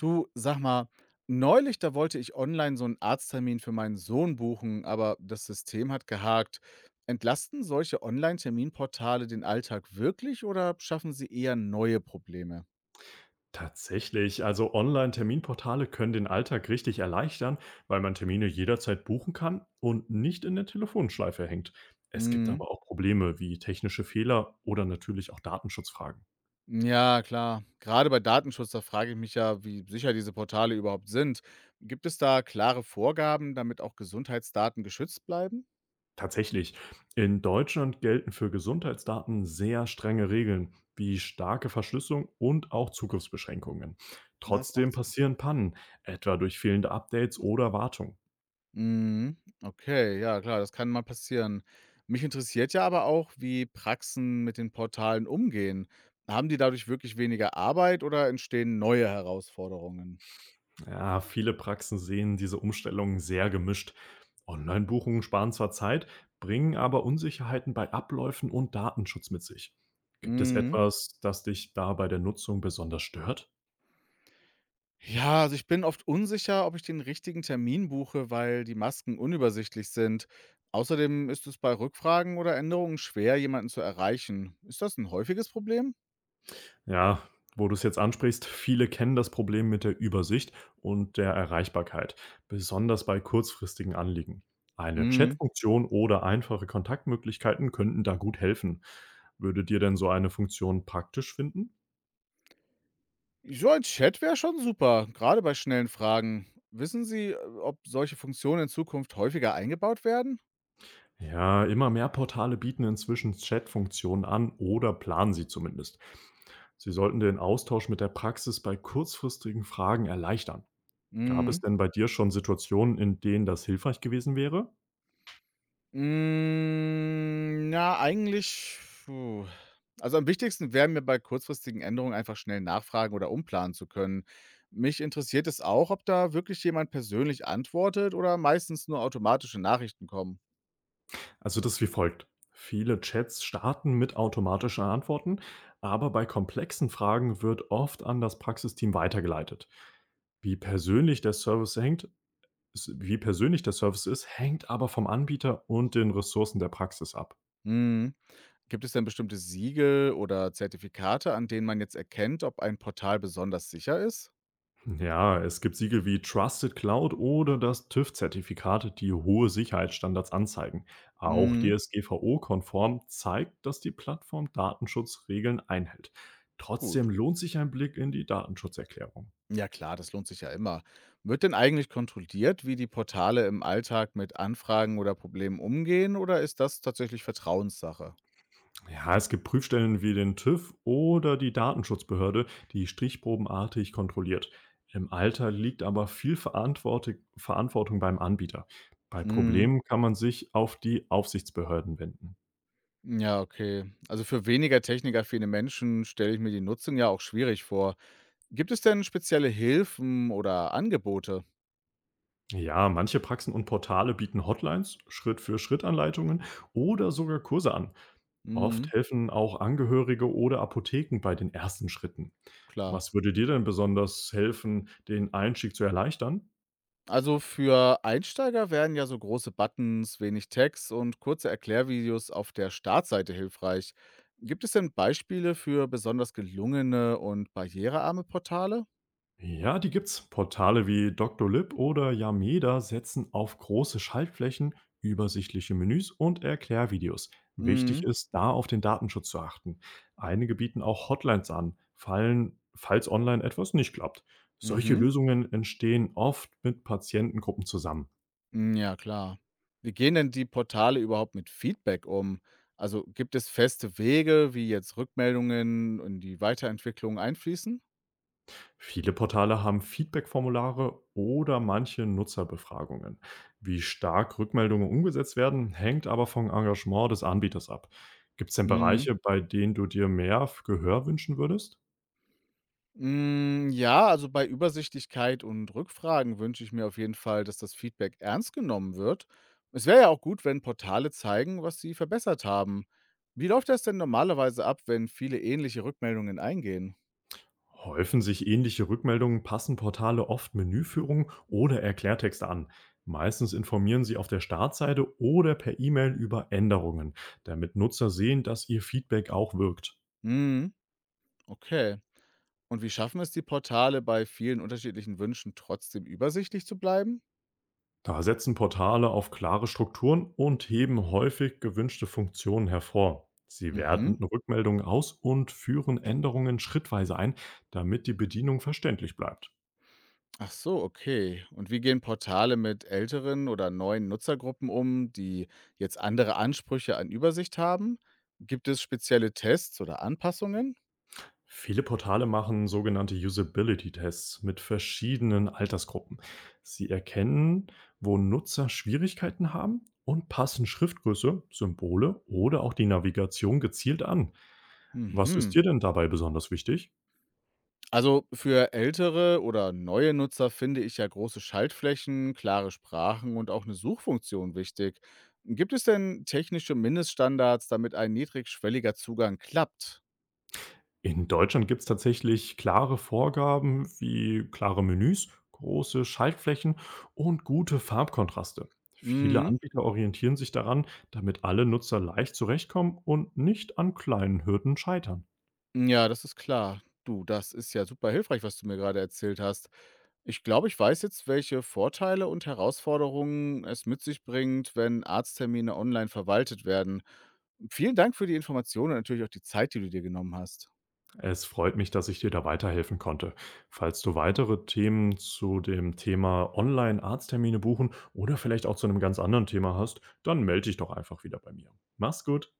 Du, sag mal, neulich, da wollte ich online so einen Arzttermin für meinen Sohn buchen, aber das System hat gehakt. Entlasten solche Online-Terminportale den Alltag wirklich oder schaffen sie eher neue Probleme? Tatsächlich, also Online-Terminportale können den Alltag richtig erleichtern, weil man Termine jederzeit buchen kann und nicht in der Telefonschleife hängt. Es gibt Mhm. aber auch Probleme wie technische Fehler oder natürlich auch Datenschutzfragen. Ja, klar. Gerade bei Datenschutz, da frage ich mich ja, wie sicher diese Portale überhaupt sind. Gibt es da klare Vorgaben, damit auch Gesundheitsdaten geschützt bleiben? Tatsächlich, in Deutschland gelten für Gesundheitsdaten sehr strenge Regeln wie starke Verschlüsselung und auch Zugriffsbeschränkungen. Ja, das Trotzdem macht Sinn. passieren Pannen, etwa durch fehlende Updates oder Wartung. Mhm. Okay, ja klar, das kann mal passieren. Mich interessiert ja aber auch, wie Praxen mit den Portalen umgehen. Haben die dadurch wirklich weniger Arbeit oder entstehen neue Herausforderungen? Ja, viele Praxen sehen diese Umstellung sehr gemischt. Online-Buchungen sparen zwar Zeit, bringen aber Unsicherheiten bei Abläufen und Datenschutz mit sich. Gibt es Mhm. etwas, das dich da bei der Nutzung besonders stört? Ja, also ich bin oft unsicher, ob ich den richtigen Termin buche, weil die Masken unübersichtlich sind. Außerdem ist es bei Rückfragen oder Änderungen schwer, jemanden zu erreichen. Ist das ein häufiges Problem? Ja, wo du es jetzt ansprichst, viele kennen das Problem mit der Übersicht und der Erreichbarkeit, besonders bei kurzfristigen Anliegen. Eine Mhm. Chatfunktion oder einfache Kontaktmöglichkeiten könnten da gut helfen. Würde dir denn so eine Funktion praktisch finden? So ein Chat wäre schon super, gerade bei schnellen Fragen. Wissen Sie, ob solche Funktionen in Zukunft häufiger eingebaut werden? Ja, immer mehr Portale bieten inzwischen Chat-Funktionen an oder planen sie zumindest. Sie sollten den Austausch mit der Praxis bei kurzfristigen Fragen erleichtern. Gab es Mhm. denn bei dir schon Situationen, in denen das hilfreich gewesen wäre? Hm, na, eigentlich puh. Also, am wichtigsten wäre mir bei kurzfristigen Änderungen einfach schnell nachfragen oder umplanen zu können. Mich interessiert es auch, ob da wirklich jemand persönlich antwortet oder meistens nur automatische Nachrichten kommen. Also das ist wie folgt. Viele Chats starten mit automatischen Antworten, aber bei komplexen Fragen wird oft an das Praxisteam weitergeleitet. Wie persönlich der Service hängt, Wie persönlich der Service ist, hängt aber vom Anbieter und den Ressourcen der Praxis ab. Mhm. Gibt es denn bestimmte Siegel oder Zertifikate, an denen man jetzt erkennt, ob ein Portal besonders sicher ist? Ja, es gibt Siegel wie Trusted Cloud oder das TÜV zertifikat die hohe Sicherheitsstandards anzeigen. Auch Mhm. DSGVO-konform zeigt, dass die Plattform Datenschutzregeln einhält. Gut. Trotzdem lohnt sich ein Blick in die Datenschutzerklärung. Ja klar, das lohnt sich ja immer. Wird denn eigentlich kontrolliert, wie die Portale im Alltag mit Anfragen oder Problemen umgehen oder ist das tatsächlich Vertrauenssache? Ja, es gibt Prüfstellen wie den TÜV oder die Datenschutzbehörde, die stichprobenartig kontrolliert. Im Alter liegt aber viel Verantwortung beim Anbieter. Bei Mhm. Problemen kann man sich auf die Aufsichtsbehörden wenden. Ja, okay. Also für weniger technikaffine Menschen stelle ich mir die Nutzung ja auch schwierig vor. Gibt es denn spezielle Hilfen oder Angebote? Ja, manche Praxen und Portale bieten Hotlines, Schritt-für-Schritt-Anleitungen oder sogar Kurse an. Mhm, Oft helfen auch Angehörige oder Apotheken bei den ersten Schritten. klar. Was würde dir denn besonders helfen, den Einstieg zu erleichtern? Also für Einsteiger wären ja so große Buttons, wenig Text und kurze Erklärvideos auf der Startseite hilfreich. Gibt es denn Beispiele für besonders gelungene und barrierearme Portale? Ja, die gibt's. Portale wie Doctolib oder Yameda setzen auf große Schaltflächen, übersichtliche Menüs und Erklärvideos. Wichtig Mhm. ist, da auf den Datenschutz zu achten. Einige bieten auch Hotlines an, falls online etwas nicht klappt. Solche Mhm. Lösungen entstehen oft mit Patientengruppen zusammen. Mm, ja, klar. Wie gehen denn die Portale überhaupt mit Feedback um? Also gibt es feste Wege, wie jetzt Rückmeldungen in die Weiterentwicklung einfließen? Viele Portale haben Feedback-Formulare oder manche Nutzerbefragungen. Wie stark Rückmeldungen umgesetzt werden, hängt aber vom Engagement des Anbieters ab. Gibt es denn Bereiche, bei denen du dir mehr Gehör wünschen würdest? Hm, ja, also bei Übersichtlichkeit und Rückfragen wünsche ich mir auf jeden Fall, dass das Feedback ernst genommen wird. Es wäre ja auch gut, wenn Portale zeigen, was sie verbessert haben. Wie läuft das denn normalerweise ab, wenn viele ähnliche Rückmeldungen eingehen? Häufen sich ähnliche Rückmeldungen, passen Portale oft Menüführungen oder Erklärtexte an. Meistens informieren sie auf der Startseite oder per E-Mail über Änderungen, damit Nutzer sehen, dass ihr Feedback auch wirkt. Hm, okay. Und wie schaffen es die Portale bei vielen unterschiedlichen Wünschen trotzdem übersichtlich zu bleiben? Da setzen Portale auf klare Strukturen und heben häufig gewünschte Funktionen hervor. Sie Mhm. werten Rückmeldungen aus und führen Änderungen schrittweise ein, damit die Bedienung verständlich bleibt. Ach so, okay. Und wie gehen Portale mit älteren oder neuen Nutzergruppen um, die jetzt andere Ansprüche an Übersicht haben? Gibt es spezielle Tests oder Anpassungen? Viele Portale machen sogenannte Usability-Tests mit verschiedenen Altersgruppen. Sie erkennen, wo Nutzer Schwierigkeiten haben und passen Schriftgröße, Symbole oder auch die Navigation gezielt an. Was Mhm. ist dir denn dabei besonders wichtig? Also für ältere oder neue Nutzer finde ich ja große Schaltflächen, klare Sprachen und auch eine Suchfunktion wichtig. Gibt es denn technische Mindeststandards, damit ein niedrigschwelliger Zugang klappt? In Deutschland gibt es tatsächlich klare Vorgaben wie klare Menüs, große Schaltflächen und gute Farbkontraste. Viele Mhm. Anbieter orientieren sich daran, damit alle Nutzer leicht zurechtkommen und nicht an kleinen Hürden scheitern. Ja, das ist klar. Du, das ist ja super hilfreich, was du mir gerade erzählt hast. Ich glaube, ich weiß jetzt, welche Vorteile und Herausforderungen es mit sich bringt, wenn Arzttermine online verwaltet werden. Vielen Dank für die Informationen und natürlich auch die Zeit, die du dir genommen hast. Es freut mich, dass ich dir da weiterhelfen konnte. Falls du weitere Themen zu dem Thema Online-Arzttermine buchen oder vielleicht auch zu einem ganz anderen Thema hast, dann melde dich doch einfach wieder bei mir. Mach's gut!